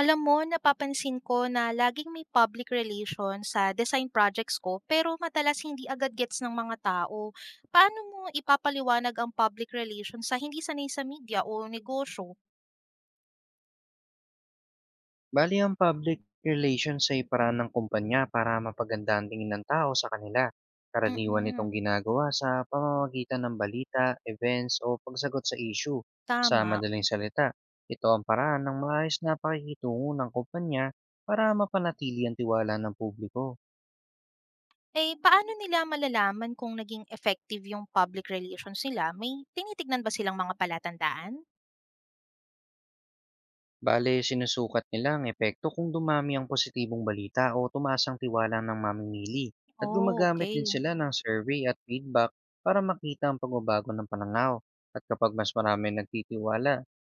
Alam mo, napapansin ko na laging may public relations sa design projects ko pero madalas hindi agad gets ng mga tao. Paano mo ipapaliwanag ang public relations sa hindi sanay sa media o negosyo? Bale ang public relations ay paraan ng kumpanya para mapaganda ang tingin ng tao sa kanila. Karaniwan itong Mm-mm, ginagawa sa pamamagitan ng balita, events o pagsagot sa issue. Sa tama. madaling salita, ito ang paraan ng maayos na pakikitungo ng kumpanya para mapanatili ang tiwala ng publiko. Eh, paano nila malalaman kung naging effective yung public relations nila? May tinitignan ba silang mga palatandaan? Bale, sinusukat nila ang epekto kung dumami ang positibong balita o tumaas ang tiwala ng mamimili. At Oh, gumagamit din okay. sila ng survey at feedback para makita ang pagbabago ng pananaw. At kapag mas marami nagtitiwala,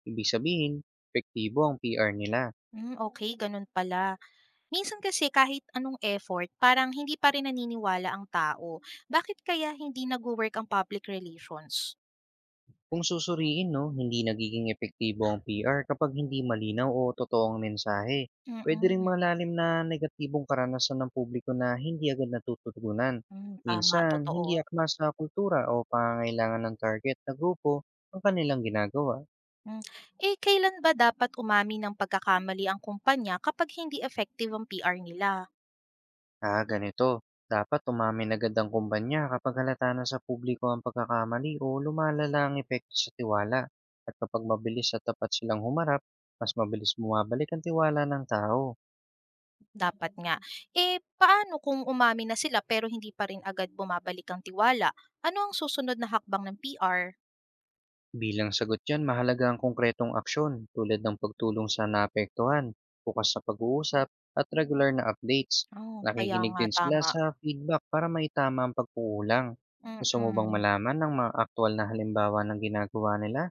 ibig sabihin, epektibo ang PR nila. Mm, okay, ganun pala. Minsan kasi kahit anong effort, parang hindi pa rin naniniwala ang tao. Bakit kaya hindi nagwo-work ang public relations? Kung susuriin 'no, hindi nagiging epektibo ang PR kapag hindi malinaw o totoong mensahe. Puwede Mm-mm. ring Mm. malalim na negatibong karanasan ng publiko na hindi agad natutugunan. Hmm, tama, Minsan, hindi totoo. akma sa kultura o pangangailangan ng target na grupo ang kanilang ginagawa. Hmm. Eh, kailan ba dapat umami ng pagkakamali ang kumpanya kapag hindi effective ang PR nila? Ganito, dapat umamin agad ang kumpanya kapag halata na sa publiko ang pagkakamali o lumalala ang epekto sa tiwala. At kapag mabilis at tapat silang humarap, mas mabilis bumabalik ang tiwala ng tao. Dapat nga. Eh, paano kung umami na sila pero hindi pa rin agad bumabalik ang tiwala? Ano ang susunod na hakbang ng PR? Bilang sagot dyan, mahalaga ang konkretong aksyon tulad ng pagtulong sa naapektuhan, bukas na pag-uusap, at regular na updates. Oh, kaya Nakikinig nga, din sila tama. sa feedback para maitama ang pagkukulang. Gusto mo bang Mm. malaman ng mga aktual na halimbawa ng ginagawa nila?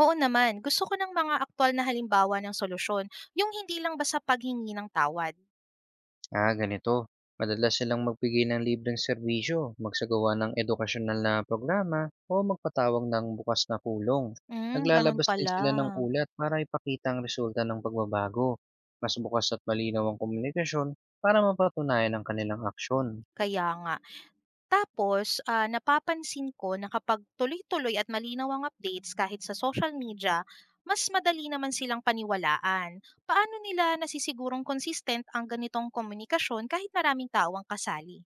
Oo naman, gusto ko ng mga aktual na halimbawa ng solusyon, yung hindi lang basta paghingi ng tawad. Ganito. Madalas silang magbigay ng libreng serbisyo, magsagawa ng edukasyonal na programa, o magpatawag ng bukas na kulong. Hmm, ganun Naglalabas din pala. sila ng ulat para ipakita ang resulta ng pagbabago. Mas bukas at malinaw ang komunikasyon para mapatunayan ang kanilang aksyon. Kaya nga. Tapos, napapansin ko na kapag tuloy-tuloy at malinaw ang updates kahit sa social media, mas madali naman silang paniwalaan. Paano nila nasisigurong consistent ang ganitong komunikasyon kahit maraming tao ang kasali?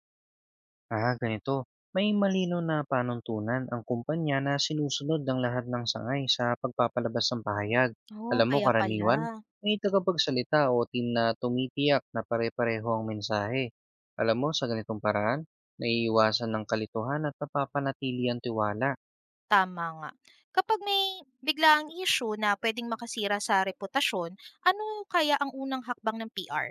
Ganito. May malino na panuntunan ang kumpanya na sinusunod ng lahat ng sangay sa pagpapalabas ng pahayag. Oo, Alam mo, kaya pala. karaniwan, may tagapagsalita o team na tumitiyak na pare-pareho ang mensahe. Alam mo, sa ganitong paraan, naiiwasan ng kalituhan at napapanatili ang tiwala. Tama nga. Kapag may biglaang issue na puwedeng makasira sa reputasyon, ano kaya ang unang hakbang ng PR?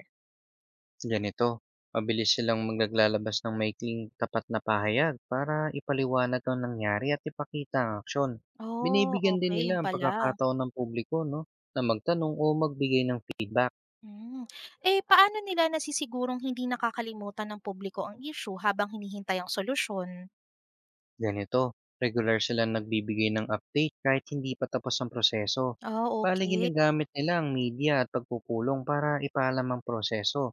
Ganito, mabilis silang maglalabas ng maikling tapat na pahayag para ipaliwanag ang nangyari at ipakita ang aksyon. Oh, Binibigyan din okay nila yun ang pala. pagkakataon ng publiko no, na magtanong o magbigay ng feedback. Hmm. Eh, paano nila nasisigurong hindi nakakalimutan ng publiko ang issue habang hinihintay ang solusyon? Ganito, regular silang nagbibigay ng update kahit hindi pa tapos ang proseso. Ah, Bali okay. ginagamit nila ang media at pagpupulong para ipaalam ang proseso.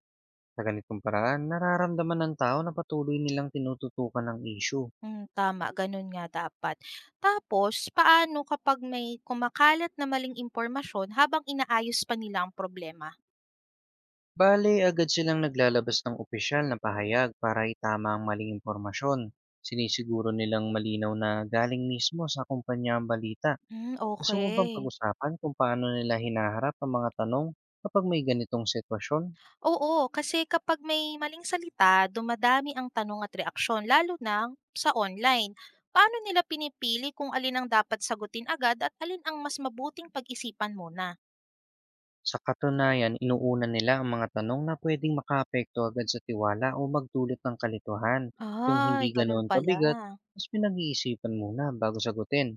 Sa ganitong paraan, nararamdaman ng tao na patuloy nilang tinututukan ang issue. Hmm, tama, ganun nga dapat. Tapos paano kapag may kumakalat na maling impormasyon habang inaayos pa nila ang problema? Bale, agad silang naglalabas ng opisyal na pahayag para itama ang maling impormasyon. Sinisiguro nilang malinaw na galing mismo sa kumpanya ang balita. Hmm, Gusto mo bang okay. pag-usapan kung paano nila hinaharap ang mga tanong kapag may ganitong sitwasyon? Oo, kasi kapag may maling salita, dumadami ang tanong at reaksyon, lalo na sa online. Paano nila pinipili kung alin ang dapat sagutin agad at alin ang mas mabuting pag-isipan muna? Sa katunayan, inuuna nila ang mga tanong na pwedeng makaapekto agad sa tiwala o magdulot ng kalituhan. Yung Ay, hindi ganun ganoon pala. kabigat, mas pinag-iisipan muna bago sagutin.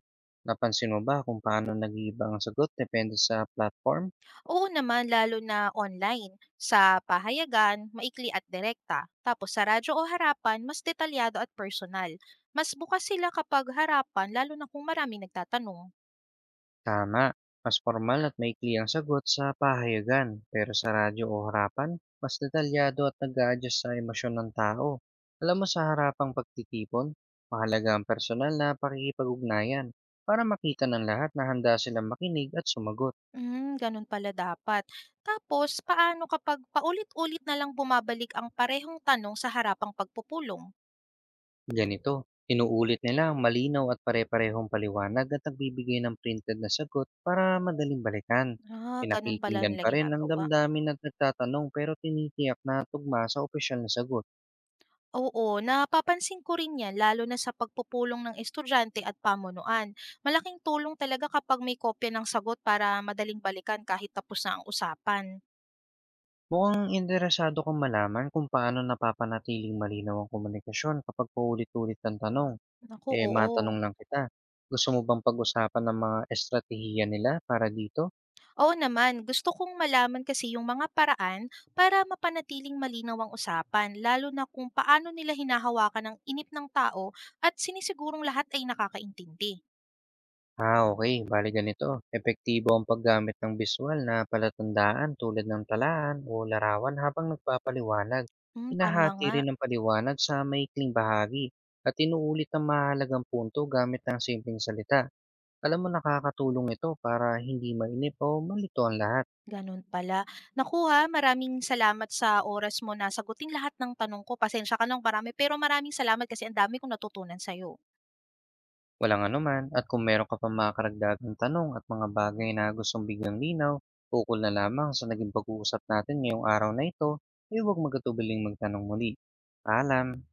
Napansin mo ba kung paano nag-iiba ang sagot depende sa platform? Oo naman, lalo na online. Sa pahayagan, maikli at direkta. Tapos sa radyo o harapan, mas detalyado at personal. Mas bukas sila kapag harapan, lalo na kung marami nagtatanong. Tama, mas formal at maikli ang sagot sa pahayagan, pero sa radyo o harapan, mas detalyado at nag-a-adjust sa emosyon ng tao. Alam mo sa harapang pagtitipon, mahalaga ang personal na pakikipag-ugnayan para makita ng lahat na handa silang makinig at sumagot. Hmm, ganun pala dapat. Tapos paano kapag paulit-ulit na lang bumabalik ang parehong tanong sa harapang pagpupulong? Ganito, inuulit nila ang malinaw at pare-parehong paliwanag at nagbibigay ng printed na sagot para madaling balikan. Ah, ganun pala Mm. Pinakikinggan nila pa rin ang ginagawa. damdamin at nagtatanong pero tinitiyak na tugma sa opisyal na sagot. Oo, napapansin ko rin yan lalo na sa pagpupulong ng estudyante at pamunuan. Malaking tulong talaga kapag may kopya ng sagot para madaling balikan kahit tapos na ang usapan. Mukhang interesado kong malaman kung paano napapanatiling malinaw ang komunikasyon kapag paulit-ulit ang tanong. Naku, Matanong oo. lang kita. Gusto mo bang pag-usapan ng mga estratehiya nila para dito? Oo naman, gusto kong malaman kasi yung mga paraan para mapanatiling malinaw ang usapan, lalo na kung paano nila hinahawakan ang inip ng tao at sinisigurong lahat ay nakakaintindi. Ah, okay. Bali ganito. Epektibo ang paggamit ng visual na palatandaan tulad ng talaan o larawan habang nagpapaliwanag. Hmm, tama Inahati nga. rin ang paliwanag sa maikling bahagi at inuulit ang mahalagang punto gamit ng simpleng salita. Alam mo nakakatulong ito para hindi mainip o malito ang lahat. Ganun pala. Nakuha, maraming salamat sa oras mo na sagutin lahat ng tanong ko. Pasensya ka ng marami, pero maraming salamat kasi ang dami kong natutunan sa'yo. Walang anuman at kung meron ka pa mga karagdagang tanong at mga bagay na gustong bigyang linaw, ukol na lamang sa naging pag-uusap natin ngayong araw na ito, ay huwag magatubiling magtanong muli. Paalam!